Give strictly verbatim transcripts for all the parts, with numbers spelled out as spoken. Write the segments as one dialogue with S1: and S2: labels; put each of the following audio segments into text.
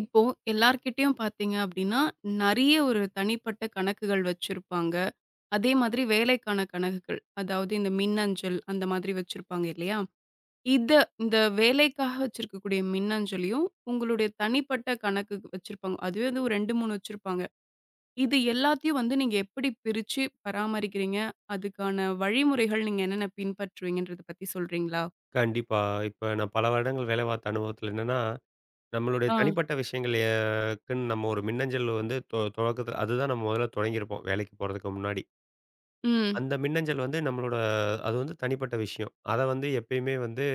S1: இப்போ எல்லார்கிட்டயும் பார்த்தீங்க அப்டின்னா, நெறைய ஒரு தனிப்பட்ட கணக்குகள் வச்சிருப்பாங்க. அதே மாதிரி வேலைக்கான கணக்குகள். அதாவது இந்த மின்னஞ்சல் அந்த மாதிரி வச்சிருப்பாங்க இல்லையா? இத இந்த வேலைக்காக வச்சிருக்கக்கூடிய மின்னஞ்சலையும், உங்களுடைய தனிப்பட்ட கணக்கு வச்சிருப்பாங்க. அதுவே வந்து ஒரு இரண்டு, மூன்று வச்சிருப்பாங்க. இது எல்லாத்தையும் வந்து நீங்க எப்படி பிரிச்சு பராமரிக்கிறீங்க? அதுக்கான வழிமுறைகள் நீங்க என்னென்ன பின்பற்றுவீங்கன்றத பத்தி சொல்றீங்களா?
S2: கண்டிப்பா. இப்ப நான் பல வருடங்கள் வேலை பார்த்த அனுபவத்துல என்னன்னா, நம்மளுடைய
S1: ஆ.
S2: தனிப்பட்ட விஷயங்களுக்குன்னு நம்ம ஒரு மின்னஞ்சல் வந்து தொ தொடக்கத்துல அதுதான் நம்ம முதல்ல தொடங்கியிருப்போம், வேலைக்கு போறதுக்கு முன்னாடி.
S1: ம்.
S2: அந்த மின்னஞ்சல் வந்து நம்மளோட அது வந்து தனிப்பட்ட விஷயம். அத வந்து எப்பயுமே வந்து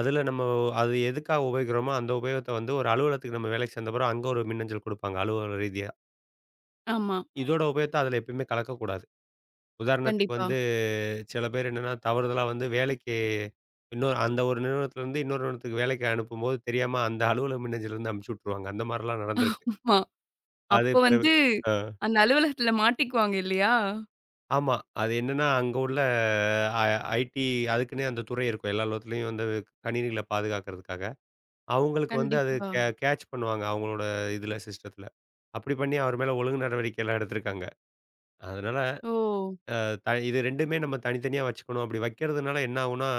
S2: அதுல நம்ம அது எதுக்காக உபயோகிக்கிறோமோ, அந்த உபயோகத்த வந்து ஒரு அலுவலகத்துக்கு நம்ம வேலைக்கு சேர்ந்த பிறகு அங்க ஒரு மின்னஞ்சல் குடுப்பாங்க, அலுவலக ரீதியா.
S1: ஆமா.
S2: இதோட உபயோகத்த அதுல எப்பயுமே கலக்கக்கூடாது. உதாரணத்துக்கு
S1: கண்டிப்பா.
S2: வந்து சில பேர் என்னன்னா, தவறுதலா வந்து வேலைக்கு இன்னொரு அந்த ஒரு நிறுவனத்திலேருந்து இன்னொரு நிறுவனத்துக்கு வேலைக்கு அனுப்பும்போது தெரியாம அந்த அலுவலக மின்னஞ்சலேருந்து அனுப்பிச்சு விட்டுருவாங்க. அந்த மாரிலாம் நடந்திருக்கு. அது
S1: அப்போ
S2: பிறகு
S1: வந்து
S2: ஆ
S1: அந்த அலுவலகத்துல மாட்டிக்குவாங்க இல்லையா?
S2: ஆமா. அது என்னன்னா, அங்க உள்ள அ ஐடி அதுக்குன்னே அந்த துறை இருக்கும். எல்லா அலுவலகத்திலயும் வந்து கணினிகள பாதுகாக்கிறதுக்காக. அவங்களுக்கு வந்து அது
S1: கண்டிப்பா.
S2: கே கேட்ச் பண்ணுவாங்க. அவங்களோட இதில சிஸ்டத்தில. அப்படி பண்ணி அவர் மேல ஒழுங்கு நடவடிக்கைலாம் எடுத்திருக்காங்க. அதனால
S1: ஓ!
S2: த இது ரெண்டுமே நம்ம தனித்தனியா வச்சுக்கணும். அப்படி வைக்கிறதுனால என்ன ஆகும்னா,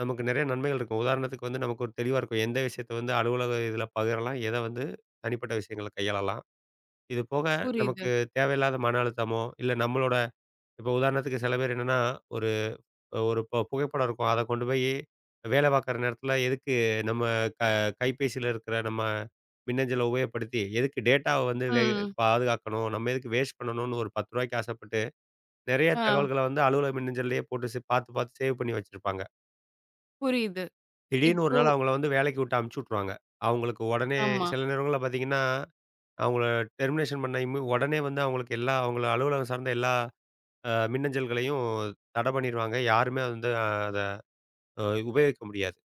S2: நமக்கு நெறைய நன்மைகள் இருக்கும். உதாரணத்துக்கு வந்து நமக்கு ஒரு தெளிவா இருக்கும். எந்த விஷயத்த வந்து அலுவலக இதில பகிரலாம், எத வந்து தனிப்பட்ட விஷயங்கள கையாளலாம். இது போக
S1: புரியுது.
S2: நமக்கு தேவையில்லாத மன அழுத்தமோ, இல்ல நம்மளோட இப்போ உதாரணத்துக்கு சில பேர் என்னன்னா, ஒரு ஒரு பு புகைப்படம் இருக்கும். அத கொண்டு போயி வேலை பார்க்குற நேரத்தில எதுக்கு நம்ம க கைபேசியில இருக்கிற நம்ம மின்னஞ்சல உபயோகப்படுத்தி, எதுக்கு டேட்டாவ வந்து வே
S1: ம்.
S2: பாதுகாக்கணும், நம்ம எதுக்கு வேஸ்ட் பண்ணணும்னு ஒரு பத்து ரூபாய்க்கு ஆசைப்பட்டு நெறைய
S1: ஆ
S2: தகவல்கள வந்து அலுவலக மின்னஞ்சல்லயே போட்டு சே பாத்து, பாத்து சேவ் பண்ணி வச்சிருப்பாங்க.
S1: புரியுது.
S2: திடீர்னு ஒரு
S1: இப்போ
S2: நாள் அவங்கள வந்து வேலைக்கு விட்டு அமுச்சு விட்ருவாங்க. அவங்களுக்கு உடனே
S1: ஆமா.
S2: சில நேரங்கள்ல பாத்தீங்கன்னா, அவங்கள டெர்மினேஷன் பண்ண இம்மு உடனே வந்து அவங்களுக்கு எல்லா அவங்கள அலுவலகம் சார்ந்த எல்லா அ மின்னஞ்சல்களையும் தடை பண்ணிருவாங்க. யாருமே வந்து அத அ உபயோகிக்க முடியாது.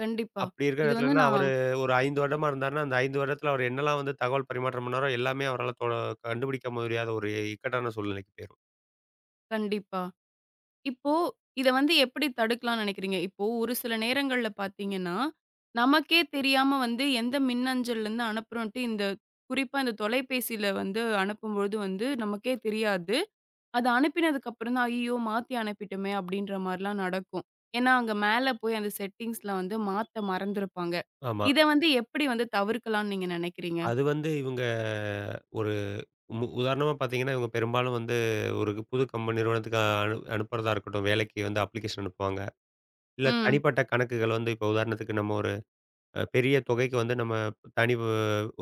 S1: கண்டிப்பா.
S2: அப்படி இருக்கிற
S1: இது வந்து
S2: நேரத்துலன்னா, அவரு
S1: நான்
S2: ஒரு ஐந்து வருடமா இருந்தாருன்னா, அந்த ஐந்து வருடத்துல அவர் என்னலாம் வந்து தகவல் பரிமாற்றம் பண்ணாரோ, எல்லாமே அவரால தொ கண்டுபிடிக்க முடியாத ஒரு இக்கட்டான சூழ்நிலைக்கு போயிரும்.
S1: கண்டிப்பா. இப்போ இத வந்து எப்படி தடுக்கலாம்னு நெனைக்கிறீங்க? இப்போ ஒரு சில நேரங்கள்ல பார்த்தீங்கன்னா, நமக்கே தெரியாம வந்து எந்த மின்னஞ்சல்லேருந்து அனுப்புறோன்ட்டு இந்த குறிப்பா இந்த தொலைபேசியில வந்து அனுப்பும்பொழுது வந்து நமக்கே தெரியாது. அது அனுப்பினதுக்கு அப்புறம் தான், "ஐயய்யோ! மாத்தி அனுப்பிட்டோமே!" அப்படின்ற மாரிலாம் நடக்கும். ஏன்னா, அங்க மேல போய் அந்த செட்டிங்ஸ்ல வந்து மாத்த மறந்திருப்பாங்க.
S2: ஆமா.
S1: இத வந்து எப்படி வந்து தவிர்க்கலாம்ன்னு நீங்க நெனைக்கிறீங்க?
S2: அது வந்து இவங்க ஒரு மு உதாரணமா பார்த்தீங்கன்னா, இவங்க பெரும்பாலும் வந்து ஒரு புது கம்பெனி நிறுவனத்துக்கு அனு அனுப்புறதா இருக்கட்டும், வேலைக்கு வந்து அப்ளிகேஷன் அனுப்புவாங்க. இல்ல
S1: ம்.
S2: தனிப்பட்ட கணக்குகள் வந்து இப்போ உதாரணத்துக்கு நம்ம ஒரு அ பெரிய தொகைக்கு வந்து நம்ம தனி வ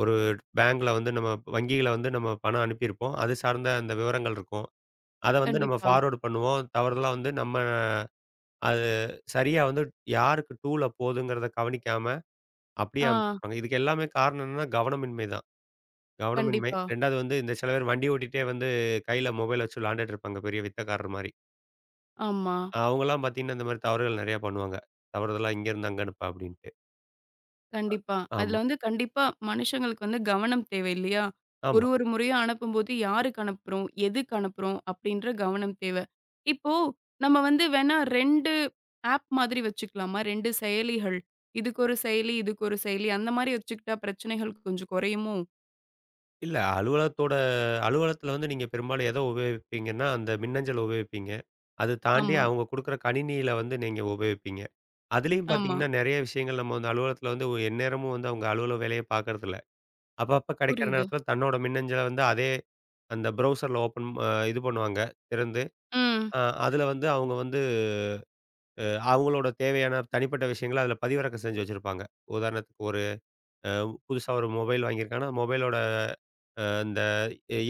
S2: ஒரு பேங்க்ல வந்து நம்ம வங்கியில வந்து நம்ம பணம் அனுப்பியிருப்போம். அது சார்ந்த அந்த விவரங்கள் இருக்கும். அத வந்து நம்ம
S1: கண்டிப்பா.
S2: ஃபார்வர்ட் பண்ணுவோம். தவறுதலா வந்து நம்ம அது சரியா வந்து யாருக்கு டூல போதுங்கிறத கவனிக்காம, அப்படியே
S1: ஆ.
S2: அனுப்பிச்சுருப்பாங்க. இதுக்கு எல்லாமே காரணம் என்னன்னா, கவனமின்மை தான். கவனமின்மை.
S1: கண்டிப்பா.
S2: ரெண்டாவது வந்து இந்த சில பேர் வண்டி ஓட்டிட்டே வந்து கையில மொபைல் வச்சு விளாண்டுட்டு இருப்பாங்க, பெரிய வித்தக்காரர் மாரி.
S1: ஆமா.
S2: அவங்கலாம் பார்த்தீங்கன்னா, இந்த மாரி தவறுகள் நெறையா பண்ணுவாங்க. தவறுதலா இங்கேருந்து அங்க அனுப்பு அப்டின்ட்டு.
S1: கண்டிப்பா.
S2: ஆமா,
S1: அதுல வந்து கண்டிப்பா மனுஷங்களுக்கு வந்து கவனம் தேவை இல்லையா?
S2: ஆமா.
S1: ஒரு ஒரு முறையா அனுப்பும்போது யாருக்கு அனுப்புறோம்? எதுக்கு அனுப்புறோம்? அப்படின்ற கவனம் தேவை. இப்போ நம்ம வந்து வேணா இரண்டு ஆப் மாதிரி வச்சுக்கலாமா? இரண்டு செயலிகள். இதுக்கு ஒரு செயலி, இதுக்கு ஒரு செயலி அந்த மாரி வச்சுக்கிட்டா பிரச்சனைகள் கொஞ்சம் குறையுமோ?
S2: இல்ல அலுவலகத்தோட அலுவலகத்தில வந்து நீங்க பெரும்பாலும் எத உபயோகிப்பீங்கன்னா, அந்த மின்னஞ்சல் உபயோகிப்பீங்க. அது தாண்டி
S1: ஆமா,
S2: அவங்க குடுக்குற கணினியில வந்து நீங்க உபயோகிப்பீங்க. அதுலயும்
S1: ஆமா.
S2: பார்த்தீங்கன்னா, நெறைய விஷயங்கள் நம்ம வந்து அலுவலகத்தில வந்து ஒரு எந்நேரமும் வந்து அவங்க அலுவலக வேலைய பார்க்கறதில்ல. அப்பப்ப கெடைக்கிற
S1: புரியுது.
S2: நேரத்தில தன்னோட மின்னஞ்சல வந்து அதே அந்த ப்ரௌசர்ல ஓப்பன் அ இது பண்ணுவாங்க. திறந்து
S1: ம்.
S2: ஆ அதுல வந்து அவங்க வந்து அ அவங்களோட தேவையான தனிப்பட்ட விஷயங்கள அதுல பதிவிறக்கம் செஞ்சு வச்சிருப்பாங்க. உதாரணத்துக்கு ஒரு அ புதுசா ஒரு மொபைல் வாங்கியிருக்காங்கன்னா, மொபைலோட அ இந்த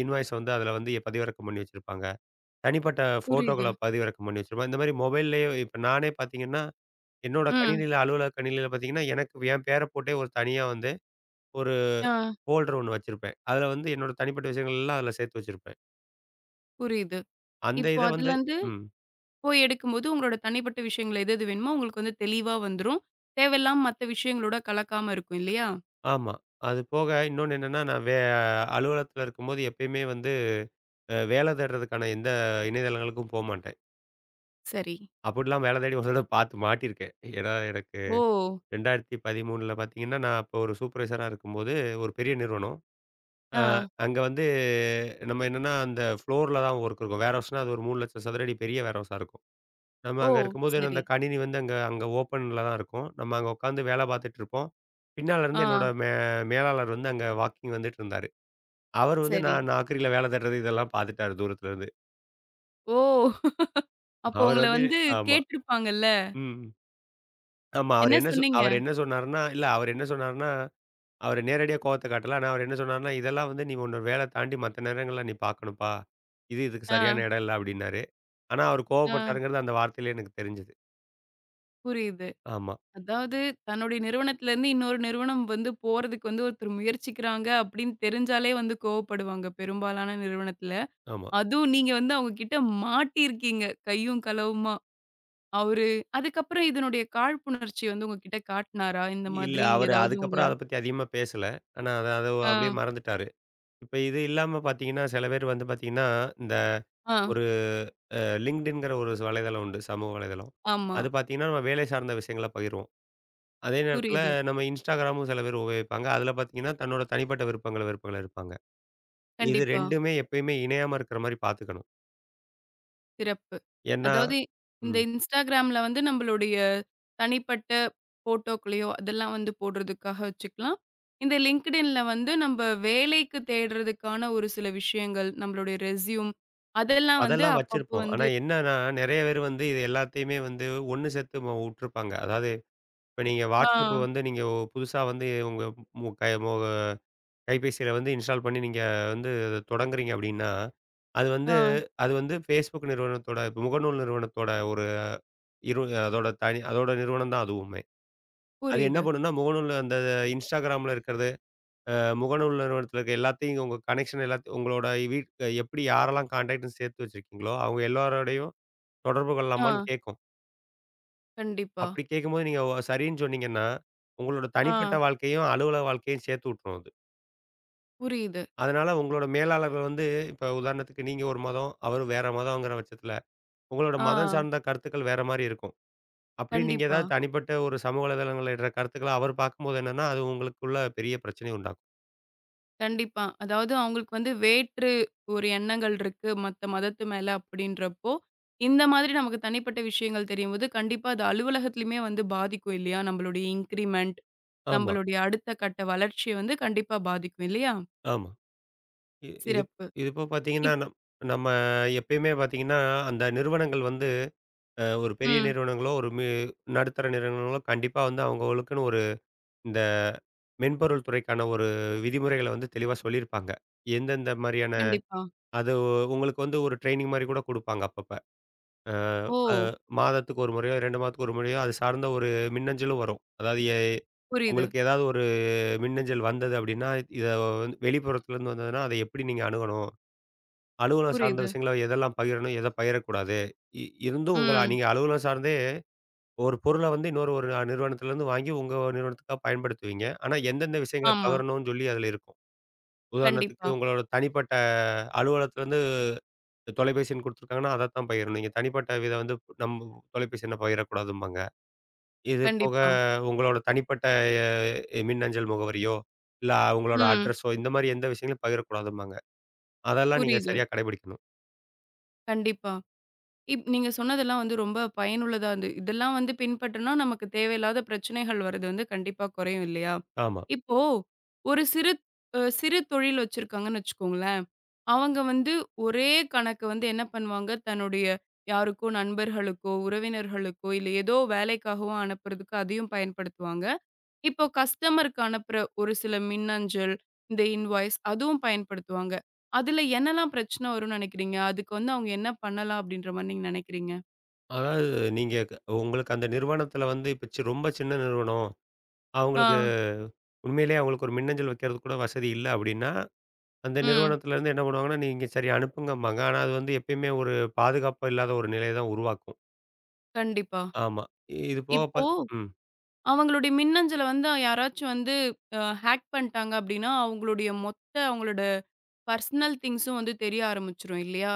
S2: இன்வாய்ஸ் வந்து அதுல வந்து பதிவிறக்கம் பண்ணி வச்சிருப்பாங்க. தனிப்பட்ட
S1: புரியுது.
S2: ஃபோட்டோக்கள பதிவிறக்கம் பண்ணி வச்சிருப்பாங்க. இந்த மாரி மொபைல்லயே இப்ப நானே பார்த்தீங்கன்னா, என்னோட
S1: ம்.
S2: கணினியில அலுவலக கணினியில பார்த்தீங்கன்னா, எனக்கு என் பேர போட்டே ஒரு தனியா வந்து ஒரு
S1: ஆ
S2: ஃபோல்டர் ஒண்ணு வச்சிருப்பேன். அதுல வந்து என்னோட தனிப்பட்ட விஷயங்கள் எல்லாம் அதுல சேர்த்து வச்சிருப்பேன்.
S1: புரியுது.
S2: அந்த
S1: இப்போ
S2: இத வந்து
S1: அதுலருந்து
S2: ம்.
S1: போய் எடுக்கும்போது, உங்களோட தனிப்பட்ட விஷயங்கள் எது எது வேணுமோ, உங்களுக்கு வந்து தெளிவா வந்துரும். தேவையில்லாம மத்த விஷயங்களோட கலக்காம இருக்கும் இல்லையா?
S2: ஆமா. அது போக இன்னொன்னு என்னன்னா, நான் வே அலுவலகத்துல இருக்கும்போது எப்பயுமே வந்து அ வேலை தேடுறதுக்கான எந்த இணையதளங்களுக்கும் போமாட்டேன்.
S1: சரி.
S2: அப்படிலாம் வேலை தேடி ஒரு தடவ பார்த்து மாட்டியிருக்கேன். ஏன்னா எனக்கு
S1: ஓ!
S2: இரண்டாயிரத்து பதிமூன்றில் பார்த்தீங்கன்னா, நான் அப்போ ஒரு சூப்பர்வைசரா இருக்கும்போது ஒரு பெரிய நிறுவனம்.
S1: ஆ.
S2: அ அங்க வந்து நம்ம என்னன்னா, அந்த ஃப்ளோர்ல தான் ஒர்க் இருக்கும். வேர்ஹவுஸ்னா அது ஒரு மூன்று லட்சம் சதுர அடி பெரிய வேர்ஹவுஸா இருக்கும். நம்ம
S1: ஓ!
S2: அங்க இருக்கும்போது அந்த
S1: சரி.
S2: கணினி வந்து அங்க அங்க ஓப்பன்ல தான் இருக்கும். நம்ம அங்க உட்காந்து வேலை பார்த்துட்டு இருப்போம். பின்னால இருந்து
S1: ஆ.
S2: என்னோட மே மேலாளர் வந்து அங்க வாக்கிங் வந்துட்டு இருந்தாரு. அவரு வந்து
S1: சரி.
S2: நான் நாக்குரியில வேல தேடுறது இதெல்லாம் பார்த்துட்டாரு தூரத்துல இருந்து.
S1: ஓ! அப்போ
S2: அவரு
S1: உங்கள
S2: வந்து
S1: வந்து
S2: ஆமா.
S1: கேட்டிருப்பாங்கல்ல.
S2: ம். ஆமா. அவரு
S1: என்ன
S2: என்ன சொ
S1: சொன்னீங்க?
S2: அவரு என்ன சொன்னாருன்னா, இல்ல அவரு என்ன சொன்னாருன்னா, அவரு நேரடியா கோவத்த காட்டல. ஆனா அவரு என்ன சொன்னாருன்னா, இதெல்லாம் வந்து நீ உன்னோட வேல தாண்டி மத்த நேரங்கள்ல நீ பார்க்கணும்ப்பா. இது இதுக்கு
S1: ஆ.
S2: சரியான இடம் இல்ல அப்டின்னாரு. ஆனா அவரு
S1: ஆ.
S2: கோவப்பட்டாருங்கிறது அந்த வார்த்தையிலே எனக்கு தெரிஞ்சது.
S1: புரியுது.
S2: ஆமா,
S1: அதாவது தன்னுடைய நிறுவனத்திலேருந்து இன்னொரு நிறுவனம் வந்து போறதுக்கு வந்து ஒருத்தர் முயற்சிக்கிறாங்க அப்படின்னு தெரிஞ்சாலே வந்து கோவப்படுவாங்க பெரும்பாலான நிறுவனத்தில.
S2: ஆமா.
S1: அதுவும் நீங்க வந்து அவங்க கிட்ட மாட்டியிருக்கீங்க கையும் களவுமா. அவரு அதுக்கப்புறம் இதனுடைய காழ்ப்புணர்ச்சி வந்து உங்ககிட்ட காட்டுனாரா? இந்த
S2: இல்ல
S1: மாதிரி
S2: அவரு
S1: ஏதாவது உங்க
S2: அதுக்கப்புறம் அத பத்தி அதிகமா பேசல. ஆனா அத அத அப்படியே
S1: ஆ,
S2: மறந்துட்டாரு. இப்ப இது இல்லாம பார்த்தீங்கன்னா, சில பேர் வந்து பார்த்தீங்கன்னா, இந்த
S1: ஆ,
S2: ஒரு அ லிங்க்டின்ங்கிற ஒரு வலைதளம் உண்டு. சமூக வலைதளம்.
S1: ஆமா.
S2: அது ஆமா. பார்த்தீங்கன்னா, நம்ம வேலை சார்ந்த விஷயங்கள பகிர்வோம். அதே நேரத்தில
S1: புரியுது.
S2: நம்ம இன்ஸ்டாகிராமும் சில பேர் உபயோகிப்பாங்க. அதில பார்த்தீங்கன்னா, தன்னோட தனிப்பட்ட விருப்பங்கள வெறுப்புகள இருப்பாங்க. இது
S1: கண்டிப்பா.
S2: 2மே எப்பயுமே இணையாம இருக்கிற மாரி பார்த்துக்கணும்.
S1: சிறப்பு.
S2: ஏன்னா
S1: அதாவது இந்த
S2: ம்.
S1: Instagramல வந்து நம்மளுடைய தனிப்பட்ட ஃபோட்டோக்களையோ, அதெல்லாம் வந்து போடுறதுக்காக வச்சுக்கலாம். இந்த LinkedInல வந்து நம்ப வேலைக்கு தேடுறதுக்கான ஒரு சில விஷயங்கள், நம்மளுடைய ரெஸ்யூம் அதெல்லாம் வந்து
S2: அதெல்லாம்
S1: அப்பப்போ
S2: வச்சிருப்போம். ஆனா
S1: வந்து
S2: என்னன்னா, நெறைய பேர் வந்து இது எல்லாத்தையுமே வந்து ஒண்ணு சேர்த்து ம உட்டுருப்பாங்க. அதாவது இப்ப நீங்க WhatsApp
S1: ஆ,
S2: வந்து நீங்க புதுசா வந்து உங்க மு கை மொ கைபேசியில வந்து இன்ஸ்டால் பண்ணி நீங்க வந்து அத தொடங்குறீங்க அப்படின்னா, அது
S1: ஆ
S2: வந்து அது வந்து Facebook நிறுவனத்தோட இப்ப முகநூல் நிறுவனத்தோட ஒரு இரு அதோட தனி அதோட நிறுவனம் தான் அதுவுமே. அது என்ன
S1: புரியுது.
S2: பண்ணும்னா, முகநூல்ல அந்த Instagramல இருக்கிறது, அ முகநூல் நிறுவனத்தில இருக்க எல்லாத்தையும் உங்க கனெக்ஷன் எல்லாத்தையும் உங்களோட வீட் எப்படி யாரெல்லாம் கான்டாக்ட்ன்னு சேர்த்து வச்சிருக்கீங்களோ, அவங்க எல்லாரோடையும் தொடர்பு
S1: ஆ,
S2: கொள்ளலாமான்னு கேட்கும்.
S1: கண்டிப்பா.
S2: அப்படி கேட்கும்போது நீங்க ஒ- சரின்னு சொன்னீங்கன்னா, உங்களோட தனிப்பட்ட
S1: ஆ,
S2: வாழ்க்கையும், அலுவலக வாழ்க்கையும் சேர்த்து விட்டுரும் அது.
S1: புரியுது.
S2: அதனால உங்களோட மேலாளர்கள் வந்து இப்ப உதாரணத்துக்கு நீங்க ஒரு மதம், அவரு வேற மதம்ங்கிற பட்சத்தில, உங்களோட மதம்
S1: ஆ,
S2: சார்ந்த கருத்துக்கள் வேற மாரி இருக்கும். அப்படி நீங்க
S1: கண்டிப்பா.
S2: ஏதாவது தனிப்பட்ட ஒரு சமூக வலைதளங்கள்ல இடுற கருத்துக்கள அவர் பார்க்கும்போது என்னன்னா, அது உங்களுக்குள்ள பெரிய பிரச்சனைய உண்டாக்கும்.
S1: கண்டிப்பா. அதாவது அவங்களுக்கு வந்து வேற்று ஒரு எண்ணங்கள் இருக்கு, மத்த மதத்து மேல அப்படின்றப்போ, இந்த மாதிரி நமக்கு தனிப்பட்ட விஷயங்கள் தெரியும்போது, கண்டிப்பா அது அலுவலகத்திலயுமே வந்து பாதிக்கும் இல்லையா? நம்மளுடைய இன்கிரிமென்ட்,
S2: ஆமா,
S1: நம்மளுடைய அடுத்த கட்ட வளர்ச்சிய வந்து கண்டிப்பா பாதிக்கும் இல்லையா?
S2: ஆமா. இ இது
S1: சிறப்பு.
S2: இது போக பார்த்தீங்கன்னா,
S1: இப்
S2: நம் நம்ம எப்பயுமே பார்த்தீங்கன்னா, அந்த நிறுவனங்கள் வந்து அ ஒரு பெரிய
S1: ம்.
S2: நிறுவனங்களோ, ஒரு மி நடுத்தர நிறுவனங்களோ கண்டிப்பா வந்து அவங்களுக்குன்னு ஒரு இந்த மென்பொருள் துறைக்கான ஒரு விதிமுறைகள வந்து தெளிவா சொல்லியிருப்பாங்க. எந்தெந்த மாரியான
S1: கண்டிப்பா.
S2: அது ஒ- உங்களுக்கு வந்து ஒரு ட்ரெய்னிங் மாரி கூட குடுப்பாங்க அப்பப்ப. அ
S1: ஓ!
S2: அ மாதத்துக்கு ஒரு முறையோ, ரெண்டு மாதத்துக்கு ஒரு முறையோ அது சார்ந்த ஒரு மின்னஞ்சலும் வரும். அதாவது எ
S1: புரியுது,
S2: உங்களுக்கு ஏதாவது ஒரு மின்னஞ்சல் வந்தது அப்டின்னா, இத வந்து வெளிப்புறத்துலருந்து வந்ததுன்னா, அத எப்படி நீங்க அணுகணும்? அலுவலகம் சார்ந்த
S1: புரியுது.
S2: விஷயங்கள எதெல்லாம் பகிரணும்? எத பகிரக்கூடாது? இ இருந்தும் உங்கள
S1: ம்.
S2: நீங்க அலுவலகம் சார்ந்தே ஒரு பொருள வந்து இன்னொரு ஒரு நிறுவனத்துலருந்து வாங்கி உங்க நிறுவனத்துக்காக பயன்படுத்துவீங்க. ஆனா எந்தெந்த விஷயங்கள
S1: ஆமா.
S2: பகிரணும்னு சொல்லி அதுல இருக்கும். உதாரணத்துக்கு
S1: கண்டிப்பா,
S2: உங்களோட தனிப்பட்ட அலுவலகத்துலருந்து இந்த தொலைபேசின்னு குடுத்துருக்காங்கன்னா, அதத்தான் பகிரணும். நீங்க தனிப்பட்ட இத வந்து நம்ம தொலைபேசி எண்ண பகிரக்கூடாதும்பாங்க. இது போக
S1: கண்டிப்பா.
S2: உங்களோட தனிப்பட்ட எ மின்னஞ்சல் முகவரியோ, இல்ல உங்களோட
S1: ம்.
S2: அட்ரஸோ இந்த மாரி எந்த விஷயங்களையும் பகிரக்கூடாதும்பாங்க. அதெல்லாம் நீங்க
S1: புரியுது.
S2: சரியா கடைபிடிக்கணும்.
S1: கண்டிப்பா. இப் நீங்க சொன்னதெல்லாம் வந்து ரொம்ப பயனுள்ளதா இருந்து இதெல்லாம் வந்து பின்பற்றினா நமக்கு தேவையில்லாத பிரச்சனைகள் வர்றது வந்து கண்டிப்பா குறையும் இல்லையா?
S2: ஆமா.
S1: இப்போ ஒரு சிறு அ சிறு தொழில் வச்சிருக்காங்கன்னு வச்சுக்கோங்களேன். அவங்க வந்து ஒரே கணக்கு வந்து என்ன பண்ணுவாங்க, தன்னுடைய யாருக்கோ நண்பர்களுக்கோ, உறவினர்களுக்கோ இல்ல ஏதோ வேலைக்காகவோ அனுப்புறதுக்கு அதையும் பயன்படுத்துவாங்க. இப்போ கஸ்டமருக்கு அனுப்புற ஒரு சில மின்னஞ்சல், இந்த இன்வாய்ஸ் அதுவும் பயன்படுத்துவாங்க. அதுல என்னலாம் பிரச்சனை வரும்னு நினைக்கிறீங்க? அதுக்கு வந்து அவங்க என்ன பண்ணலாம் அப்படின்ற மாரி நீங்க நினைக்கிறீங்க?
S2: அதாவது நீங்க க உங்களுக்கு அந்த நிறுவனத்தில வந்து இப்ப சி ரொம்ப சின்ன நிறுவனம்.
S1: ஆ,
S2: அவங்களுக்கு உண்மையிலேயே அவங்களுக்கு ஒரு மின்னஞ்சல் வைக்கிறது கூட வசதி இல்ல அப்டின்னா, அந்த
S1: ம்.
S2: நிறுவனத்திலருந்து என்ன பண்ணுவாங்கன்னா, நீங்க சரி அனுப்புங்கம்பாங்க. ஆனா, அது வந்து எப்பயுமே ஒரு பாதுகாப்பு இல்லாத ஒரு நிலைய தான் உருவாக்கும்.
S1: கண்டிப்பா.
S2: ஆமா. இது போக
S1: இப்போ
S2: பாத் ம்.
S1: அவங்களுடைய மின்னஞ்சல வந்து யாராச்சும் வந்து அ ஹேக் பண்ணிட்டாங்க அப்டின்னா, அவங்களுடைய மொத்த அவங்களோட பர்சனல் திங்ஸும் வந்து தெரிய ஆரம்பிச்சுரும் இல்லையா?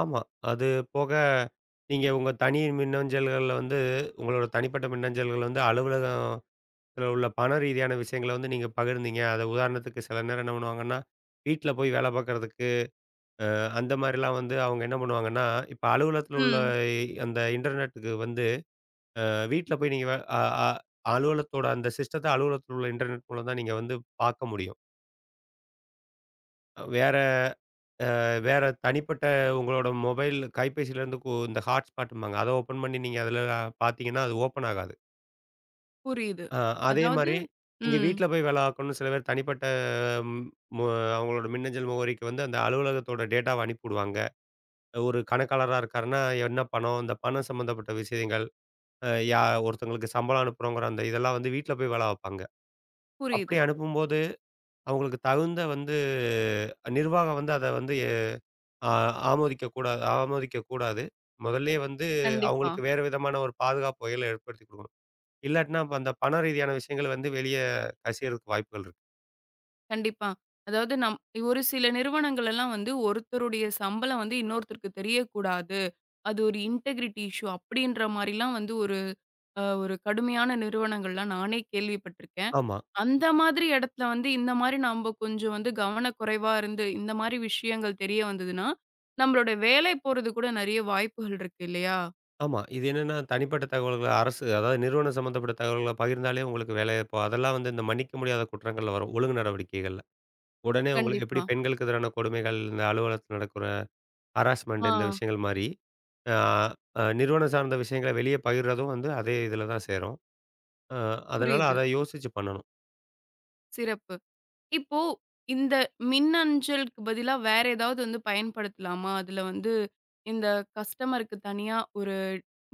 S2: ஆமா. அது போக, நீங்க உங்க தனி மின்னஞ்சல்கள்ல வந்து உங்களோட தனிப்பட்ட மின்னஞ்சல்கள் வந்து அலுவலகத்தில உள்ள பண ரீதியான விஷயங்கள வந்து நீங்க பகிர்ந்தீங்க. அத உதாரணத்துக்கு சில நேரம் என்ன பண்ணுவாங்கன்னா, வீட்ல போய் வேலை பார்க்குறதுக்கு அந்த மாரிலாம் வந்து அவங்க என்ன பண்ணுவாங்கன்னா, இப்ப அலுவலகத்தில உள்ள
S1: ம்.
S2: அந்த இன்டர்நெட்டுக்கு வந்து வீட்ல போய் நீங்க அ அ அலுவலகத்தோட அந்த சிஸ்டத்த அலுவலகத்தில உள்ள இன்டர்நெட் மூலம் தான் நீங்க வந்து பார்க்க முடியும். வேற வேற தனிப்பட்ட உங்களோட மொபைல் கைபேசியிலேருந்து கு இந்த ஹாட்ஸ்பாட்டும்பாங்க. அத ஓப்பன் பண்ணி நீங்க அதில பார்த்தீங்கன்னா, அது ஓப்பன் ஆகாது.
S1: புரியுது.
S2: அ அதே
S1: அதாவது
S2: மாரி நீங்க
S1: ம்.
S2: வீட்ல போய் வேல பார்க்கணும்னு சில பேர் தனிப்பட்ட ம் மு அவங்களோட மின்னஞ்சல் முகவரிக்கு வந்து அந்த அலுவலகத்தோட டேட்டாவ அனுப்பிவுடுவாங்க. ஒரு கணக்காளரா இருக்காருன்னா, என்ன பணம், இந்த பணம் சம்மந்தப்பட்ட விஷயங்கள், அ யா ஒருத்தங்களுக்கு சம்பளம் அனுப்புறோங்கிற அந்த இதெல்லாம் வந்து வீட்ல போய் வேல பார்ப்பாங்க. அப்படி
S1: புரியுது.
S2: அனுப்பும்போது, அவங்களுக்கு தகுந்த வந்து நிர்வாகம் வந்து அத வந்து ஆ ஆமோதிக்க கூடாது ஆமோதிக்க கூடாது. முதல்லயே வந்து
S1: கண்டிப்பா,
S2: அவங்களுக்கு வேறு விதமான ஒரு பாதுகாப்பு வகைகள ஏற்படுத்தி குடுக்கணும். இல்லாட்டினா, அப்ப அந்த பண ரீதியான விஷயங்கள் வந்து வெளிய கசியறதுக்கு வாய்ப்புகள் இருக்கு.
S1: கண்டிப்பா. அதாவது நம் ஒரு சில நிறுவனங்கள் எல்லாம் வந்து ஒருத்தருடைய சம்பளம் வந்து இன்னொருத்தருக்கு தெரியக்கூடாது. அது ஒரு இன்டெகிரிட்டி இஷ்யூ அப்டின்ற மாரிலாம் வந்து ஒரு அ ஒரு கடுமையான நிறுவனங்கள்லாம் நானே கேள்விப்பட்டுருக்கேன்.
S2: ஆமா,
S1: அந்த மாதிரி இடத்துல வந்து, இந்த மாரி நம்ப கொஞ்சம் வந்து கவனக்குறைவா இருந்து, இந்த மாரி விஷயங்கள் தெரிய வந்ததுன்னா, நம்மளோட வேலை போறது கூட நெறைய வாய்ப்புகள் இருக்கு இல்லையா?
S2: ஆமா. இது என்னன்னா தனிப்பட்ட தகவல்கள அரசு அதாவது நிறுவனம் சம்மந்தப்பட்ட தகவல்கள பகிர்ந்தாலே உங்களுக்கு வேலை இப்போ அதெல்லாம் வந்து இந்த மன்னிக்க முடியாத குற்றங்கள்ல வரும். ஒழுங்கு நடவடிக்கைகள்ல. உடனே உங்கள எப்படி
S1: கண்டிப்பா.
S2: பெண்களுக்கு எதிரான கொடுமைகள், இந்த அலுவலகத்துல நடக்கிற
S1: ஆ
S2: ஹராஸ்மெண்ட் இந்த விஷயங்கள் மாரி, ஆ அ நிறுவனம் சார்ந்த விஷயங்கள வெளிய பகிர்றதும் வந்து அதே இதுல தான் சேரும். அ அதனால
S1: புரியுது.
S2: அத யோசிச்சு பண்ணணும்.
S1: சிறப்பு. இப்போ இந்த மின் அஞ்சலுக்கு பதிலா வேற ஏதாவது வந்து பயன்படுத்தலாமா? அதுல வந்து இந்த கஸ்டமருக்கு தனியா ஒரு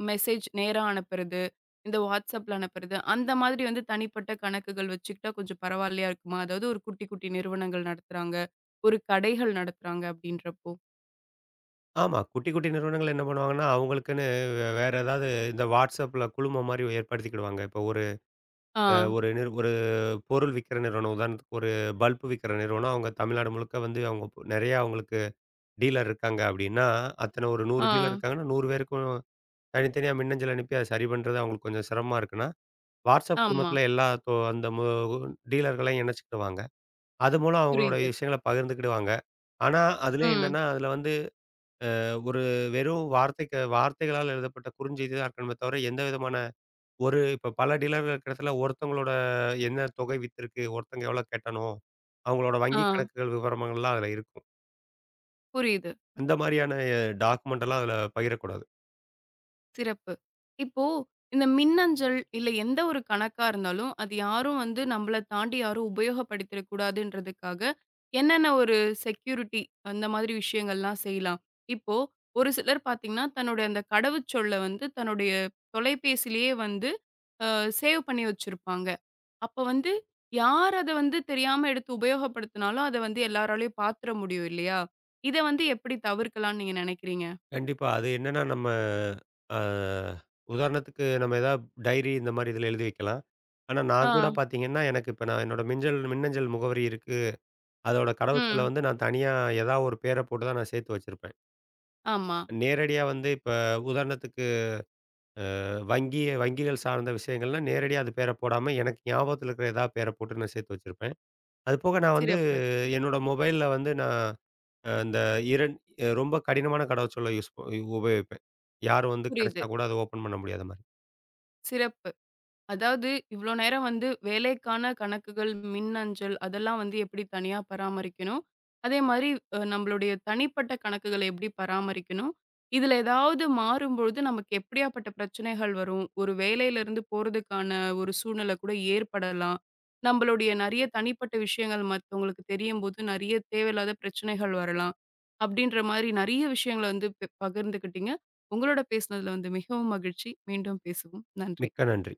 S1: மெசேஜ் நேரா அனுப்புறது, இந்த WhatsAppல அனுப்புறது, அந்த மாதிரி வந்து தனிப்பட்ட கணக்குகள் வச்சுக்கிட்டா கொஞ்சம் பரவாயில்லையா இருக்குமா? அதாவது ஒரு குட்டி, குட்டி நிறுவனங்கள் நடத்துறாங்க, ஒரு கடைகள் நடத்துறாங்க அப்படின்றப்போ.
S2: ஆமா. குட்டி, குட்டி நிறுவனங்கள் என்ன பண்ணுவாங்கன்னா, அவங்களுக்குன்னு வேற ஏதாவது இந்த WhatsAppல குழுமம் மாரி ஏற்படுத்திக்கிடுவாங்க. இப்போ ஒரு
S1: ஆ,
S2: அ ஒரு நிறு ஒரு பொருள் விக்கிற நிறுவனம், உதாரணத்துக்கு ஒரு பல்ப் விக்கிற நிறுவனம், அவங்க தமிழ்நாடு முழுக்க வந்து அவங்க பு நெறையா அவங்களுக்கு டீலர் இருக்காங்க அப்படின்னா, அத்தன ஒரு நூறு
S1: ஆ,
S2: டீலர் இருக்காங்கன்னா, நூறு பேருக்கும் தனித்தனியா மின்னஞ்சல் அனுப்பி அத சரி பண்றது அவங்களுக்கு கொஞ்சம் சிரமமா இருக்குன்னா, WhatsApp
S1: ஆமா.
S2: குழுமத்தில எல்லா தொ அந்த மு டீலர்களையும் இணைச்சுக்கிடுவாங்க. அது மூலம் அவங்களோட
S1: புரியுது.
S2: விஷயங்கள பகிர்ந்துக்கிடுவாங்க. ஆனா, அதிலயும்
S1: ம்.
S2: என்னன்னா, அதில வந்து ஒரு வெறும் வார்த்தைக்கு வார்த்தைகளால் எழுதப்பட்ட குறுஞ்செய்தி தான் இருக்கணுமே தவிர, எந்த விதமான ஒரு இப்ப பல டீலர்கள் இருக்கிற இடத்துல ஒருத்தவங்களோட என்ன தொகை வித்திருக்கு, ஒருத்தங்க எவ்வளோ கட்டணும், அவங்களோட
S1: ஆ,
S2: வங்கி கணக்குகள் விவரங்கள்லாம் அதில இருக்கும்.
S1: புரியுது.
S2: அந்த மாதிரியான டாக்குமெண்ட் எல்லாம் அதில பகிரக்கூடாது.
S1: சிறப்பு. இப்போ இந்த மின்னஞ்சல் இல்ல எந்த ஒரு கணக்கா இருந்தாலும், அது யாரும் வந்து நம்மள தாண்டி யாரும் உபயோகப்படுத்திறக் கூடாதுன்றதுக்காக, என்னென்ன ஒரு செக்யூரிட்டி அந்த மாதிரி விஷயங்கள்லாம் செய்யலாம்? இப்போ ஒரு சிலர் பார்த்தீங்கன்னா, தன்னுடைய அந்த கடவுச்சொல்ல வந்து தன்னுடைய தொலைபேசியிலேயே வந்து அ சேவ் பண்ணி வச்சிருப்பாங்க. அப்ப வந்து யார் அத வந்து தெரியாம எடுத்து உபயோகப்படுத்தினாலும், அத வந்து எல்லாராலயும் பார்த்துற முடியும் இல்லையா? இத வந்து எப்படி தவிர்க்கலாம்னு நீங்க நினைக்கிறீங்க?
S2: கண்டிப்பா. அது என்னன்னா நம்ம அ உதாரணத்துக்கு நம்ம ஏதாவது டைரி இந்த மாதிரி இதில எழுதி வைக்கலாம். ஆனா நான் கூட
S1: ஆ,
S2: பார்த்தீங்கன்னா, எனக்கு இப்ப நான் என்னோட மிஞ்சல் மின்னஞ்சல் முகவரி இருக்கு. அதோட கடவுச்சொல்ல
S1: ம்.
S2: வந்து நான் தனியா ஏதாவது ஒரு பேர போட்டு தான் நான் சேர்த்து வச்சிருப்பேன்.
S1: ஆமா.
S2: நேரடியா வந்து இப்ப உதாரணத்துக்கு வங்கி வங்கிகள் சார்ந்த விஷயங்கள்னா, நேரடியா அது பேர போடாம, எனக்கு ஞாபகத்துல இருக்கிற ஏதாவது பேர போட்டு நான் சேர்த்து வச்சிருப்பேன். அது போக நான் வந்து
S1: சிறப்பு.
S2: என்னோட மொபைல்ல வந்து நான் அ இந்த இரண் ரொம்ப கடினமான கடவுச்சொல்ல யூஸ் உபயோகிப்பேன். யாரும் வந்து
S1: புரியுது.
S2: கிடைச்சா கூட அத ஓப்பன் பண்ண முடியாத மாரி.
S1: சிறப்பு. அதாவது இவ்ளோ நேரம் வந்து வேலைக்கான கணக்குகள், மின்னஞ்சல் அதெல்லாம் வந்து எப்படி தனியா பராமரிக்கணும்? அதே மாரி அ நம்மளுடைய தனிப்பட்ட கணக்குகள எப்படி பராமரிக்கணும்? இதுல ஏதாவது மாறும்பொழுது நமக்கு எப்படியாப்பட்ட பிரச்சனைகள் வரும்? ஒரு வேலையிலிருந்து போறதுக்கான ஒரு சூழ்நிலை கூட ஏற்படலாம். நம்மளுடைய நெறைய தனிப்பட்ட விஷயங்கள் மத்தவங்களுக்கு தெரியும்போது நெறைய தேவையில்லாத பிரச்சனைகள் வரலாம். அப்படின்ற மாரி நெறைய விஷயங்கள வந்து ப பகிர்ந்துக்கிட்டீங்க. உங்களோட பேசினதுல வந்து மிகவும் மகிழ்ச்சி. மீண்டும் பேசுவோம். நன்றி.
S2: மிக்க நன்றி.